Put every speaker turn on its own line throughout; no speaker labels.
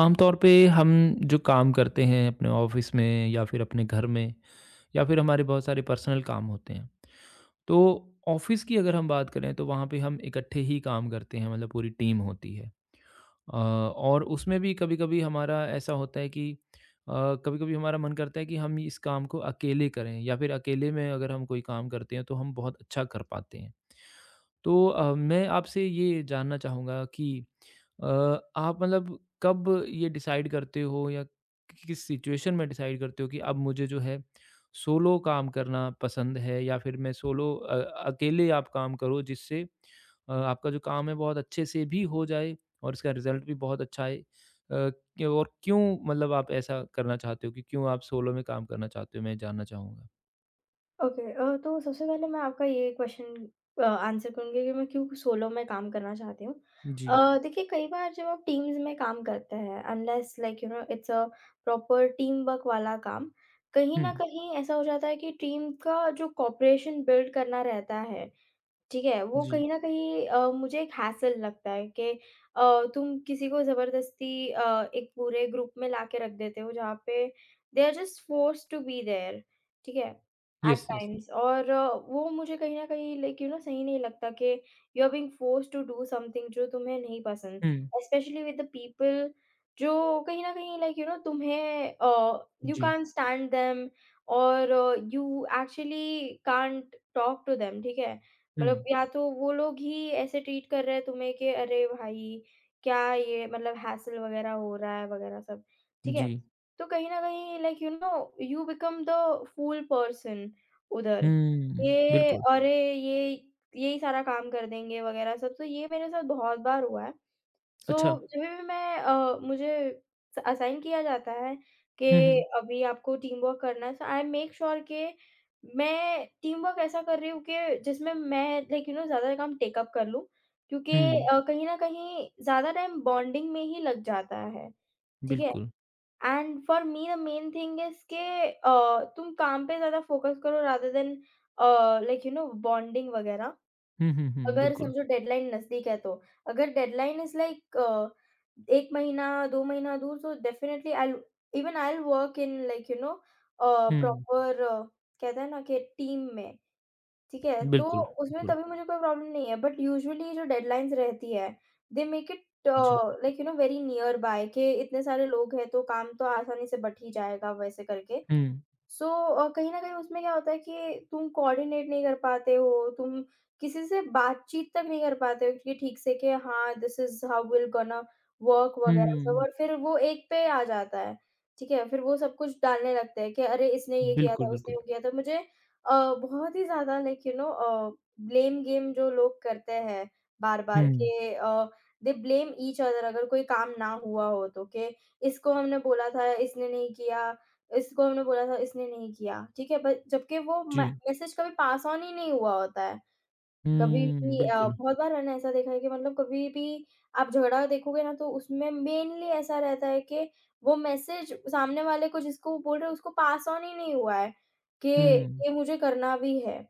आमतौर पे हम जो काम करते हैं अपने ऑफिस में या फिर अपने घर में या फिर हमारे बहुत सारे पर्सनल काम होते हैं तो ऑफिस की अगर हम बात करें तो वहाँ पे हम इकट्ठे ही काम करते हैं मतलब पूरी टीम होती है और उसमें भी कभी-कभी हमारा ऐसा होता है कि अ, कभी-कभी हमारा मन करता है कि हम इस काम को अकेले करें या फिर अकेले में अगर हम कोई काम करते हैं तो हम बहुत अच्छा कर पाते हैं। तो मैं आपसे ये जानना चाहूँगा कि अ, आप मतलब कब ये डिसाइड करते हो या कि किस सिचुएशन में डिसाइड करते हो कि अब मुझे जो है सोलो काम करना पसंद है या फिर मैं सोलो अकेले आप काम करो जिससे आपका जो काम है बहुत अच्छे से भी हो जाए और इसका रिज़ल्ट भी बहुत अच्छा है। क और क्यों मतलब आप ऐसा करना चाहते हो कि क्यों आप सोलो में काम करना चाहते हो? मैं जानना चाहूँगा।
ओके, तो सबसे पहले मैं आपका ये क्वेश्चन आंसर करूँगी कि मैं क्यों सोलो में काम करना चाहती हूँ।
जी।
देखिए कई बार जब आप टीम्स में काम करते हैं unless like you know it's a proper team work वाला काम, कहीं
हुँ,
न कहीं ऐसा हो जाता है कि टीम का जो कोऑपरेशन बिल्ड करना रहता है ठीक है, वो
जी।
कहीं न कहीं मुझे एक हैसल लगता है कि तुम किसी को ज़बरदस्ती एक पूरे ग्रुप में लाके रख देते हो जहाँ पे they are just forced to be there ठीक है, एट
यस, यस।
टाइम्स और वो मुझे कहीं न कहीं लाइक यू नो सही नहीं लगता कि you are being forced to do something जो तुम्हें नहीं पसंद,
हुँ,
स्पेशली विद द पीपल जो कहीं न कहीं लाइक यू नो तुम्हें यू
जी।
कांट स्टैंड देम और you actually can't talk to them ठीक है?
हुँ,
मतलब या तो वो लोग ही ऐसे ट्रीट कर रहे हैं तुम्हें कि अरे भाई, क्या ये मतलब हैसल वगैरह हो रहा है वगैरह सब, ठीक है?
जी।
तो कहीं न कहीं like you know you become the fool person उधर।
हुँ,
ये
बिल्कुल।
अरे ये यही सारा काम कर देंगे वगैरह सब, तो ये मेरे साथ बहुत बार हुआ है। सो
अच्छा।
जो है मैं मुझे स असाइन किया जाता है कि
हुँ, हुँ,
अभी आपको टीम वर्क करना है सो आई मेक श्योर कि मैं टीम वर्क ऐसा कर रही हूँ कि जिसमें मैं लाइक यू नो ज़्यादा काम टेक अप कर लूँ क्योंकि
हुँ,
कहीं न कहीं ज़्यादा टाइम बॉन्डिंग में ही लग जाता है, ठीक है?
बिल्कुल।
And for me the main thing is कि तुम काम पे ज़्यादा फोकस करो rather than a, like you know bonding वगैरह।
हुँ, हुँ, हुँ,
अगर
बिल्कुल।
समझो डेडलाइन नज़दीक है तो, अगर डेडलाइन इज़ लाइक 1 महीना, 2 महीना दूर तो definitely I'll even I will work in like you know
हुँ,
प्रॉपर कहते हैं ना कि टीम में, ठीक है? तो
बिल्कुल,
उसमें
बिल्कुल।
तभी मुझे कोई प्रॉब्लम नहीं है, बट यूजुअली जो डेडलाइन्स रहती है, दे मेक इट
जी।
Like you know very near by के इतने सारे लोग हैं तो काम तो आसानी से बँट ही जाएगा वैसे करके।
हुँ,
सो कहीं न कहीं उसमें क्या होता है कि तुम कोऑर्डिनेट नहीं कर पाते हो, तुम किसी से बातचीत तक नहीं कर पाते हो कि ठीक से कि हाँ, this is how we are gonna work वगैरह सब
हुँ,
और फिर वो एक पे आ जाता है, ठीक है? फिर वो सब कुछ डालने लगते हैं कि अरे! इसने ये किया
बिल्कुल,
था, उसने
बिल्कुल।
वो किया था। मुझे बहुत ही ज़्यादा like you know blame game जो लोग करते हैं बार-बार के
हुँ,
दे ब्लेम ईच अदर अगर कोई काम ना हुआ हो तो, कि इसको हमने बोला था, इसने नहीं किया इसको हमने बोला था, इसने नहीं किया, ठीक है? बट जबकि वो म
जी।
मैसेज कभी पास ऑन ही नहीं हुआ होता है। कभी
हुँ,
भी
बिल्कुल।
बहुत बार मैंने ऐसा देखा है कि मतलब कभी भी आप झगड़ा देखोगे ना तो उसमें मेनली ऐसा रहता है कि वो मैसेज सामने वाले को जिसको वो बोल रहे हैं उसको पास ऑन ही नहीं हुआ है, कि
हुँ,
ये मुझे करना भी है,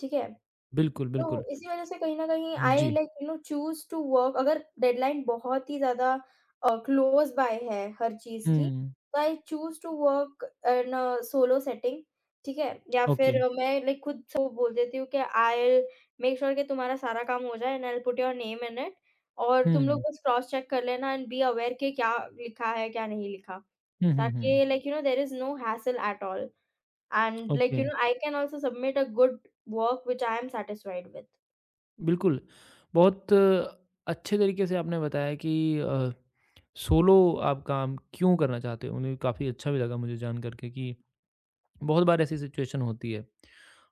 ठीक है?
बिल्कुल,
तो
बिल्कुल।
इसी वजह से कहीं न कहीं आई
जी।
Like you know choose to work अगर डेडलाइन बहुत ही ज़्यादा क्लोज़ बाय है हर चीज़ की,
हुँ,
तो I choose to work in solo setting ठीक है? या
ओके।
फिर मैं लाइक खुद को बोल देती हूँ कि आई विल मेक श्योर कि तुम्हारा सारा काम हो जाए and I will put your name in it और तुम लोग
हुँ।
बस क्रॉस चेक कर लेना एंड बी अवेयर कि क्या लिखा है, क्या नहीं लिखा।
हुँ, हुँ, हुँ।
ताकि like you know there is no hassle at all and like
okay,
you know I can also submit a good work which I am satisfied with.
बिल्कुल। बहुत अच्छे तरीके से आपने बताया कि अ, सोलो आप काम क्यों करना चाहते हो? मुझे काफ़ी अच्छा भी लगा मुझे जान कर के कि बहुत बार ऐसी सिचुएशन होती है।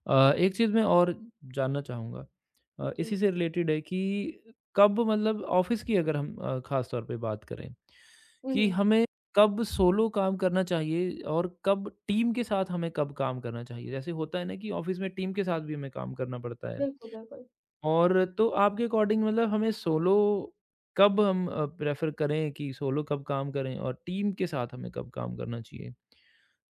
एक चीज़ मैं और जानना चाहूँगा
जी।
इसी से रिलेटेड है कि कब मतलब ऑफ़िस की अगर हम ख़ास तौर पे बात करें
हुँ,
कि
हुँ।
हमें कब सोलो काम करना चाहिए और कब टीम के साथ हमें कब काम करना चाहिए? जैसे होता है ना कि ऑफ़िस में टीम के साथ भी हमें काम करना पड़ता है।
बिल्कुल, बिल्कुल।
और तो आपके अकॉर्डिंग मतलब हमें सोलो कब हम प्रेफ़र करें कि सोलो कब काम करें और टीम के साथ हमें कब काम करना चाहिए?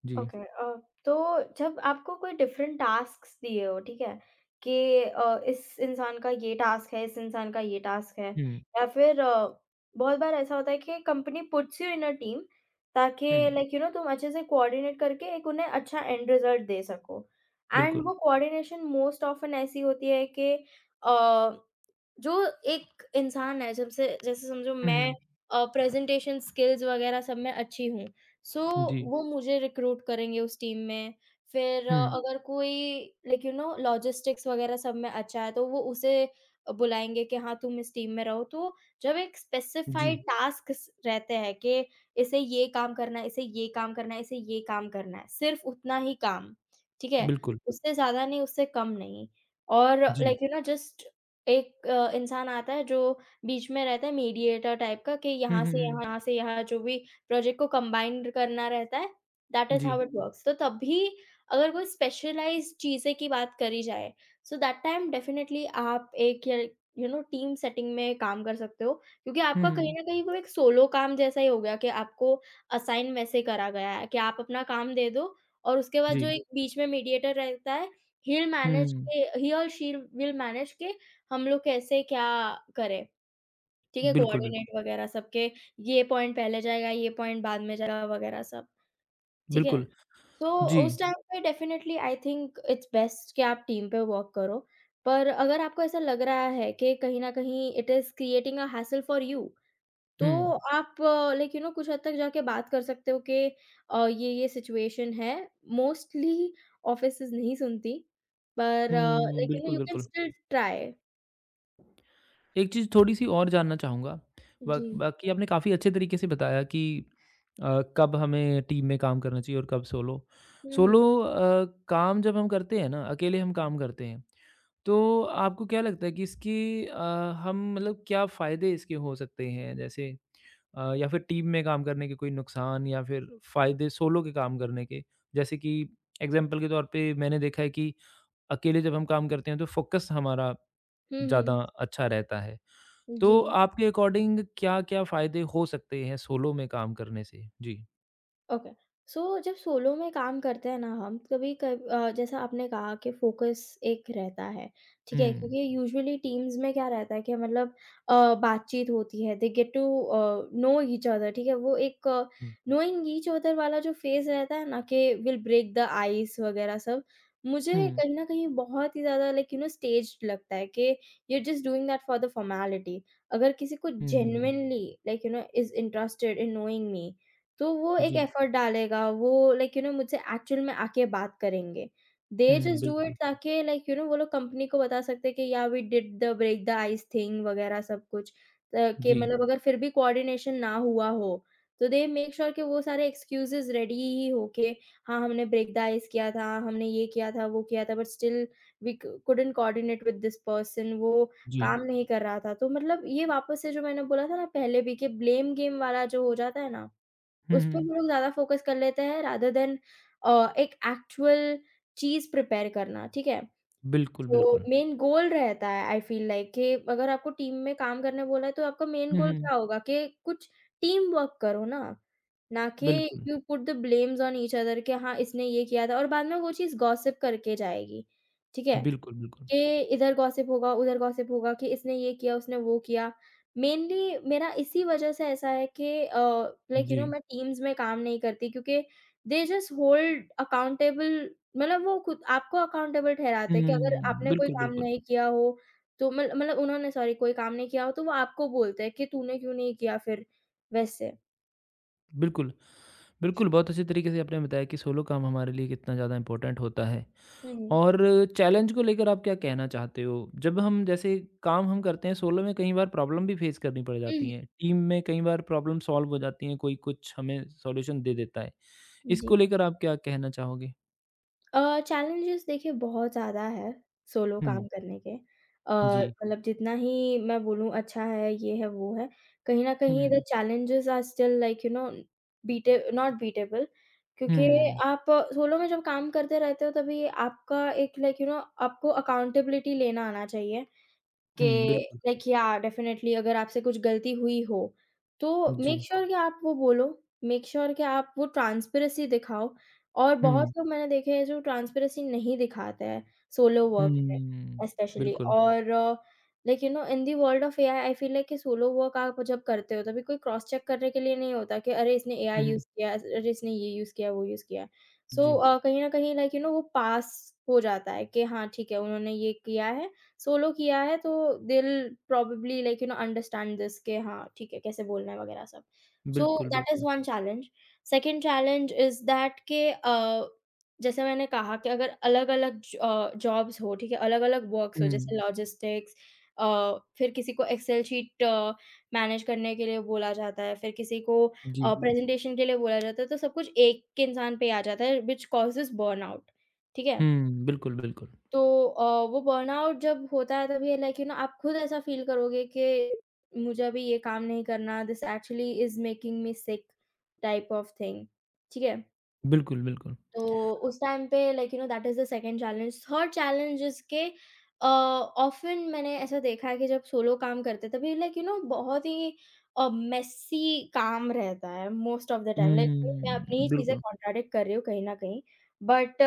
जी।
ओके, तो जब आपको कोई डिफरेंट टास्क्स दिए हो, ठीक है? कि इस इंसान का ये टास्क है, इस इंसान का ये टास्क है
हुँ,
या फिर बहुत बार ऐसा होता है कि company puts you in a team
हुँ,
ताकि लाइक यू नो तुम अच्छे से कोऑर्डिनेट करके एक उन्हें अच्छा एंड रिजल्ट दे सको। एंड
बिल्कुल।
वो कोऑर्डिनेशन मोस्ट ऑफ़न ऐसी होती है कि अ, जो एक इंसान है जब से जैसे समझो मैं
हुँ,
प्रेज़ेंटेशन स्किल्स वग़ैरह सब में अच्छी हूँ। सो
हुँ, जी।
वो मुझे रिक्रूट करेंगे उस टीम में। फिर
हुँ,
अगर कोई लाइक यू नो लॉजिस्टिक्स वगैरह सब में अच्छा है तो वो उसे बुलाएँगे कि हाँ, तुम इस टीम में रहो। तो जब एक स्पेसिफाइड
जी,
हुँ। टास्क्स रहते हैं कि इसे ये काम करना है, इसे ये काम करना है, इसे ये काम करना है, सिर्फ़ उतना ही काम, ठीक है?
बिल्कुल,
उससे ज़्यादा नहीं, उससे कम नहीं। और
जी।
लाइक यू नो जस्ट एक इंसान आता है जो बीच में रहता है मीडिएटर टाइप का कि
हुँ, हुँ, हुँ,
यहाँ से यहाँ जो भी प्रोजेक्ट को कंबाइन्ड करना रहता है, दैट इज़
जी।
How it works. तो तभी अगर कोई स्पेशलाइज़्ड चीज़ें की बात करी जाए, सो दैट टाइम डेफिनिटली आप एक या यू नो टीम सेटिंग में काम कर सकते हो, क्योंकि
हुँ,
आपका
हुँ,
कहीं न कहीं वो एक सोलो काम जैसा ही हो गया कि आपको असाइन वैसे करा गया है कि आप अपना काम दे दो और उसके बाद
जी।
जो एक बीच में मीडिएटर रहता है, ही विल मैनेज
हुँ,
के ही और शी विल मैनेज के हम लोग कैसे क्या करें। ठीक है?
बिल्कुल, बिल्कुल,
कोऑर्डिनेट वगैरह सबके ये पॉइंट पहले जाएगा, ये पॉइंट बाद में जाएगा वगैरह सब, ठीक है?
बिल्कुल,
तो
जी।
उस टाइम पे definitely I think it's best कि आप टीम पे वर्क करो। पर अगर आपको ऐसा लग रहा है कि कहीं न कहीं it is creating a hassle for you,
हुँ,
तो आप लाइक यू नो कुछ हद तक जाके बात कर सकते हो कि ये सिचुएशन है। मोस्टली ऑफिसेज़ नहीं सुनती, पर
हुँ,
लाइक यू नो
बिल्कुल,
यू कैन
बिल्कुल।
Still try.
एक चीज़ थोड़ी-सी और जानना चाहूँगा।
जी।
बाकी आपने काफ़ी अच्छे तरीके से बताया कि कब हमें टीम में काम करना चाहिए और कब सोलो।
हुँ,
सोलो
हुँ।
काम जब हम करते हैं ना, अकेले हम काम करते हैं, तो आपको क्या लगता है कि इसकी हम मतलब क्या फ़ायदे इसके हो सकते हैं? जैसे या फिर टीम में काम करने के कोई नुकसान या फिर फ़ायदे सोलो के काम करने के? जैसे कि एग्ज़ाम्पल के तौर पे मैंने देखा है कि अकेले जब हम काम करते हैं तो फ़ोकस हमारा
हुँ,
ज़्यादा
हुँ।
अच्छा रहता है।
जी।
तो आपके अकॉर्डिंग क्या-क्या फ़ायदे हो सकते हैं सोलो में काम करने से? जी।
ओके। सो जब सोलो में काम करते हैं ना हम कभी कभ जैसा आपने कहा कि फोकस एक रहता है, ठीक है?
हुँ,
क्योंकि यूजुअली टीम्स में क्या रहता है कि मतलब बातचीत होती है, they get to know each other ठीक है? वो एक
हुँ,
नोइंग ईच अदर वाला जो फेज़ रहता है ना कि विल ब्रेक द आइस वगैरह सब, मुझे
हुँ,
कहीं न कहीं बहुत ही ज़्यादा लाइक यू नो स्टेज्ड लगता है कि you are just doing that for the formality अगर किसी को हुँ।
हुँ,
genuinely like you know is interested in knowing me तो वो एक
जी,
एफर्ट डालेगा, वो लाइक यू नो मुझसे एक्चुअल में आके बात करेंगे। दे
हुँ,
जस्ट डू इट
बिल्कुल,
ताकि लाइक यू नो वो लोग कंपनी को बता सकते हैं कि या we did the break the ice thing वगैरह सब कुछ। कि
जी,
मतलब अगर फिर भी कोऑर्डिनेशन ना हुआ हो, तो दे मेक श्योर कि वो सारे एक्सक्यूज़ेज़ रेडी ही हो के हाँ, हमने ब्रेक द आइस किया था, हमने ये किया था, वो किया था बट स्टिल वी क couldn't coordinate with this person वो
जी,
काम नहीं कर रहा था। तो मतलब ये वापस से जो मैंने बोला था ना पहले भी कि ब्लेम गेम वाला जो हो जाता है ना
हुँ,
उस पे हम
हुँ,
लोग ज़्यादा फ़ोकस कर लेते हैं रादर देन एक एक्चुअल चीज़ प्रिपेयर करना, ठीक है?
बिल्कुल,
तो
बिल्कुल,
मेन गोल रहता है आई फ़ील लाइक कि अगर आपको टीम में काम करने बोला है तो आपका मेन
हुँ,
गोल
हुँ,
क्या होगा कि कुछ टीम वर्क करो ना, ना कि
बिल्कुल,
you put the blames on each other कि हाँ, इसने ये किया था और बाद में वो चीज़ गॉसिप करके जाएगी, ठीक है?
बिल्कुल, बिल्कुल,
कि इधर गॉसिप होगा, उधर गॉसिप होगा कि इसने ये किया, उसने वो किया। मेनली मेरा इसी वज़ह से ऐसा है कि लाइक यू
जी,
नो मैं टीम्स में काम नहीं करती क्योंकि दे जस्ट होल्ड अकाउंटेबल मतलब वो खुद आपको अकाउंटेबल ठहराते हैं कि अगर
हुँ,
आपने कोई
बिल्कुल,
काम
बिल्कुल।
नहीं किया हो, तो मल मतलब उन्होंने सॉरी कोई काम नहीं किया हो, तो वो आपको बोलते हैं कि तूने क्यों नहीं किया फिर, वैसे।
बिल्कुल। बिल्कुल, बहुत अच्छे तरीके से आपने बताया कि सोलो काम हमारे लिए कितना ज़्यादा इम्पोर्टेंट होता है।
हुँ।
और चैलेंज को लेकर आप क्या कहना चाहते हो? जब हम जैसे काम हम करते हैं सोलो में कई बार प्रॉब्लम भी फेस करनी पड़
हुँ,
जाती है।
हुँ।
टीम में कई बार प्रॉब्लम सॉल्व हो जाती है, कोई कुछ हमें सॉल्यूशन दे देता है।
जी।
इसको लेकर आप क्या कहना चाहोगे?
चैलेंजेस देखिए बहुत ज़्यादा है, सोलो काम
हुँ,
करने के।
जी।
मतलब जितना ही मैं बोलूँ अच्छा है, ये है, वो है, कहीं न कहीं द
हुँ,
challenges are still like you know beat not beatable क्योंकि
हुँ,
आप सोलो में जब काम करते रहते हो तभी आपका एक लाइक यू नो आपको अकाउंटेबिलिटी लेना आना चाहिए के
हुँ, बिल्कुल।
लाइक या डेफ़िनेटली अगर आपसे कुछ गलती हुई हो, तो मेक
जी।
श्योर कि आप वो बोलो, मेक श्योर कि आप वो ट्रांसपेरेंसी दिखाओ और
हुँ,
बहुत लोग मैंने देखे हैं जो ट्रांसपेरेंसी नहीं दिखाते हैं, सोलो वर्क में
हुँ,
स्पेशली
बिल्कुल।
और like you know in the world of AI I feel like कि सोलो वर्क आप जब करते हो तभी कोई क्रॉस चेक करने के लिए नहीं होता कि अरे इसने
हुँ,
एआई
हुँ,
यूज़ किया है, अरे इसने ये यूज़ किया है, वो यूज़ किया है।
जी।
कहीं न कहीं लाइक यू नो वो पास हो जाता है कि हाँ, ठीक है उन्होंने ये किया है सोलो किया है तो they will probably like you know understand this कि हाँ, ठीक है, कैसे बोलना है वगैरह सब। सो
बिल्कुल,
दैट इज़
बिल्कुल।
One challenge. Second challenge is that के जैसे मैंने कहा कि अगर जॉब्स हो, ठीक है? अलग-अलग वर्क्स हो
हुँ,
जैसे लॉजिस्टिक्स अ, फिर किसी को एक्सेल शीट मैनेज करने के लिए बोला जाता है, फिर किसी को
जी।
जी। प्रेज़ेंटेशन के लिए बोला जाता है, तो सब कुछ एक के इंसान पे ही आ जाता है व्हिच कॉजेज़ बर्नआउट, ठीक है?
हुँ, बिल्कुल, बिल्कुल।
तो अ, वो बर्नआउट जब होता है तभी लाइक यू नो आप खुद ऐसा फ़ील करोगे कि मुझे अभी ये काम नहीं करना, this actually is making me sick type of thing, ठीक है?
बिल्कुल, बिल्कुल।
तो उस टाइम पे like you know that is the second challenge. Third challenge is के ऑफ़न मैंने ऐसा देखा है कि जब सोलो काम करते तभी लाइक यू नो बहुत ही मेस्सी काम रहता है most of the time. Like मैं
हुँ,
अपनी ही चीज़ें
बिल्कुल।
कॉन्ट्राडिक्ट कर रही हूँ कहीं न कहीं। But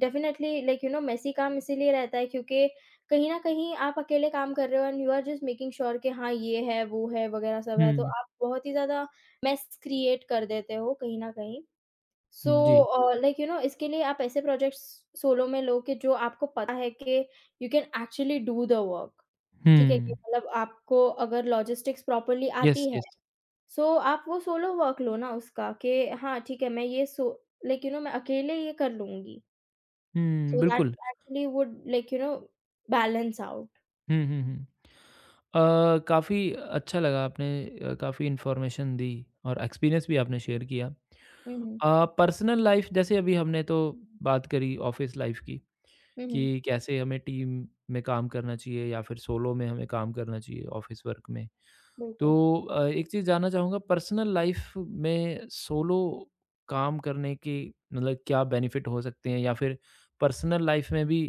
definitely like you know messy काम इसीलिए रहता है क्योंकि कहीं न कहीं आप अकेले काम कर रहे हो and you are just making sure कि हाँ, ये है, वो है वग़ैरह सब है। तो
हुँ,
आप बहुत ही ज़्यादा मेस क्रिएट कर देते हो कहीं न कहीं। सो
जी।
लाइक यू नो इसके लिए आप ऐसे प्रोजेक्ट्स सोलो में लो कि जो आपको पता है कि you can actually do the work. ठीक है कि
हुँ,
मतलब आपको अगर लॉजिस्टिक्स प्रॉपर्ली आती
यस,
है,
यस।
सो आप वो सोलो वर्क लो ना उसका कि हाँ ठीक है मैं ये सो लाइक यू नो मैं अकेले ये कर लूँगी।
हुँ,
सो दैट
बिल्कुल।
Actually would like you know balance out.
हुँ, हुँ, हुँ। काफ़ी अच्छा लगा आपने काफ़ी इन्फॉर्मेशन दी और एक्सपीरियंस भी आपने शेयर किया।
हुँ, हुँ।
पर्सनल लाइफ़ जैसे अभी हमने तो बात करी ऑफ़िस लाइफ़ की
हुँ, हुँ।
कि कैसे हमें टीम में काम करना चाहिए या फिर सोलो में हमें काम करना चाहिए ऑफ़िस वर्क में। तो
बिल्कुल।
एक चीज़ जानना चाहूँगा पर्सनल लाइफ में सोलो काम करने के मतलब क्या बेनिफिट हो सकते हैं या फिर पर्सनल लाइफ में भी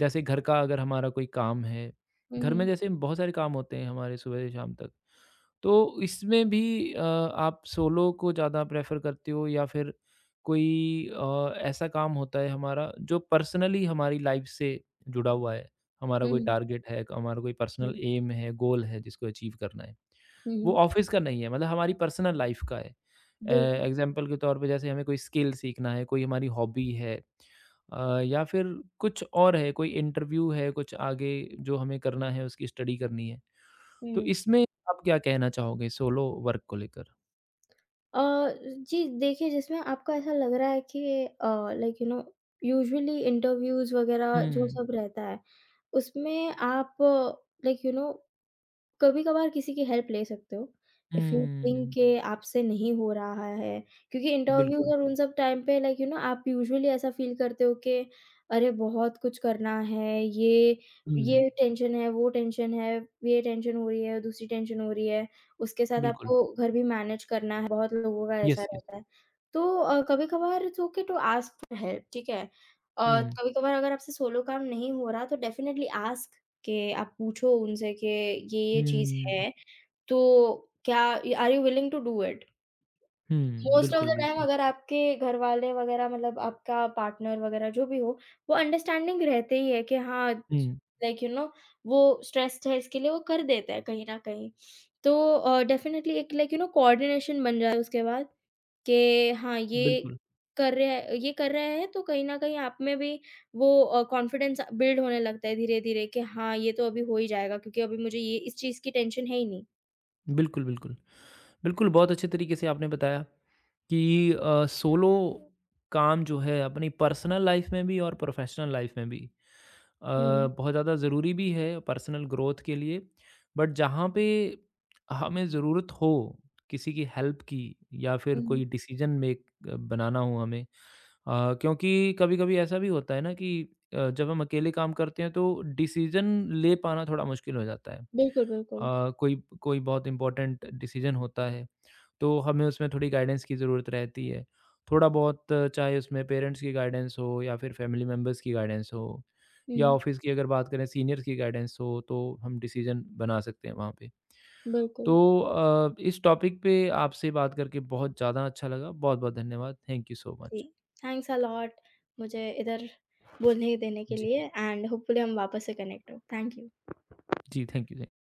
जैसे घर का अगर हमारा कोई काम है
हुँ,
घर में
हुँ।
जैसे बहुत सारे काम होते हैं हमारे सुबह से शाम तक तो इसमें भी आप सोलो को ज़्यादा प्रेफर करते हो या फिर कोई ऐसा काम होता है हमारा जो पर्सनली हमारी लाइफ से जुड़ा हुआ है हमारा
हुँ,
कोई
हुँ।
टारगेट है हमारा कोई पर्सनल
जी।
एम है गोल है जिसको अचीव करना है
हुँ,
वो
हुँ।
ऑफ़िस का नहीं है, मतलब हमारी पर्सनल लाइफ़ का है।
बिल्कुल।
एग्ज़ाम्पल के तौर पे जैसे हमें कोई स्किल सीखना है, कोई हमारी हॉबी है या फिर कुछ और है, कोई इंटरव्यू है, कुछ आगे जो हमें करना है, उसकी स्टडी करनी है। तो
हुँ।
इसमें आप क्या कहना चाहोगे सोलो वर्क को लेकर?
अ, जी देखिए जिसमें आपको ऐसा लग रहा है कि like you know usually interviews वगैरह जो
हुँ,
सब रहता है, उसमें आप लाइक यू नो कभी-कभार किसी की हेल्प ले सकते हो, इफ यू थिंक
हुँ,
के आपसे नहीं हो रहा है, क्योंकि इंटरव्यूज़
बिल्कुल।
और उन सब टाइम पे लाइक यू नो आप यूजुअली ऐसा फ़ील करते हो कि अरे! बहुत कुछ करना है, ये
हुँ,
ये टेंशन है, वो टेंशन है, ये टेंशन हो रही है, दूसरी टेंशन हो रही है, उसके साथ
बिल्कुल।
आपको घर भी मैनेज करना है, बहुत लोगों का ऐसा
यस, यस।
रहता है। तो कभी-कभार it's okay to ask for help ठीक है?
हुँ,
कभी-कभार अगर आपसे सोलो काम नहीं हो रहा तो डेफिनिटली आस्क कि आप पूछो उनसे कि ये चीज़
हुँ,
है, तो क्या are you willing to do it?
हुँ,
मोस्ट ऑफ द
बिल्कुल,
टाइम
बिल्कुल।
अगर आपके घरवाले वगैरह मतलब आपका पार्टनर वगैरह जो भी हो, वो अंडरस्टैंडिंग रहते ही है कि हाँ,
हुँ,
लाइक यू नो वो स्ट्रेस्ड है इसके लिए वो कर देते हैं कहीं न कहीं। तो डेफ़िनेटली एक लाइक यू नो कोऑर्डिनेशन बन जाए उसके बाद। कि हाँ, ये
बिल्कुल,
कर रहे हैं ये कर रहे हैं, तो कहीं न कहीं आप में भी वो कॉन्फिडेंस बिल्ड होने लगता है धीरे-धीरे कि हाँ, ये तो अभी हो ही जाएगा क्योंकि अभी मुझे ये इस चीज़ की टेंशन है ही नहीं।
बिल्कुल, बिल्कुल। बिल्कुल, बहुत अच्छे तरीके से आपने बताया कि सोलो काम जो है अपनी पर्सनल लाइफ में भी और प्रोफेशनल लाइफ में भी
हुँ,
बहुत ज़्यादा ज़रूरी भी है पर्सनल ग्रोथ के लिए बट जहाँ पे हमें ज़रूरत हो किसी की हेल्प की या फिर
हुँ।
कोई डिसीजन मेक बनाना हो हमें क्योंकि कभी कभी ऐसा भी होता है ना कि जब हम अकेले काम करते हैं तो डिसीजन ले पाना थोड़ा मुश्किल हो जाता है
बिल्कुल, बिल्कुल।
कोई कोई बहुत इम्पोर्टेंट डिसीजन होता है तो हमें उसमें थोड़ी गाइडेंस की ज़रूरत रहती है थोड़ा बहुत चाहे उसमें पेरेंट्स की गाइडेंस हो या फिर फैमिली मेम्बर्स की गाइडेंस हो या
हुँ,
ऑफ़िस की अगर बात करें सीनियर्स की गाइडेंस हो तो हम डिसीज़न बना सकते हैं वहाँ पे।
बिल्कुल।
तो इस टॉपिक पे आपसे बात करके बहुत ज़्यादा अच्छा लगा। बहुत-बहुत धन्यवाद। थैंक यू सो
जी,
मच।
थैंक्स अ लॉट मुझे इधर बोलने देने के
जी,
लिए एंड होपफुली हम वापस से कनेक्ट हों। Thank you.
जी थैंक यू, थैंक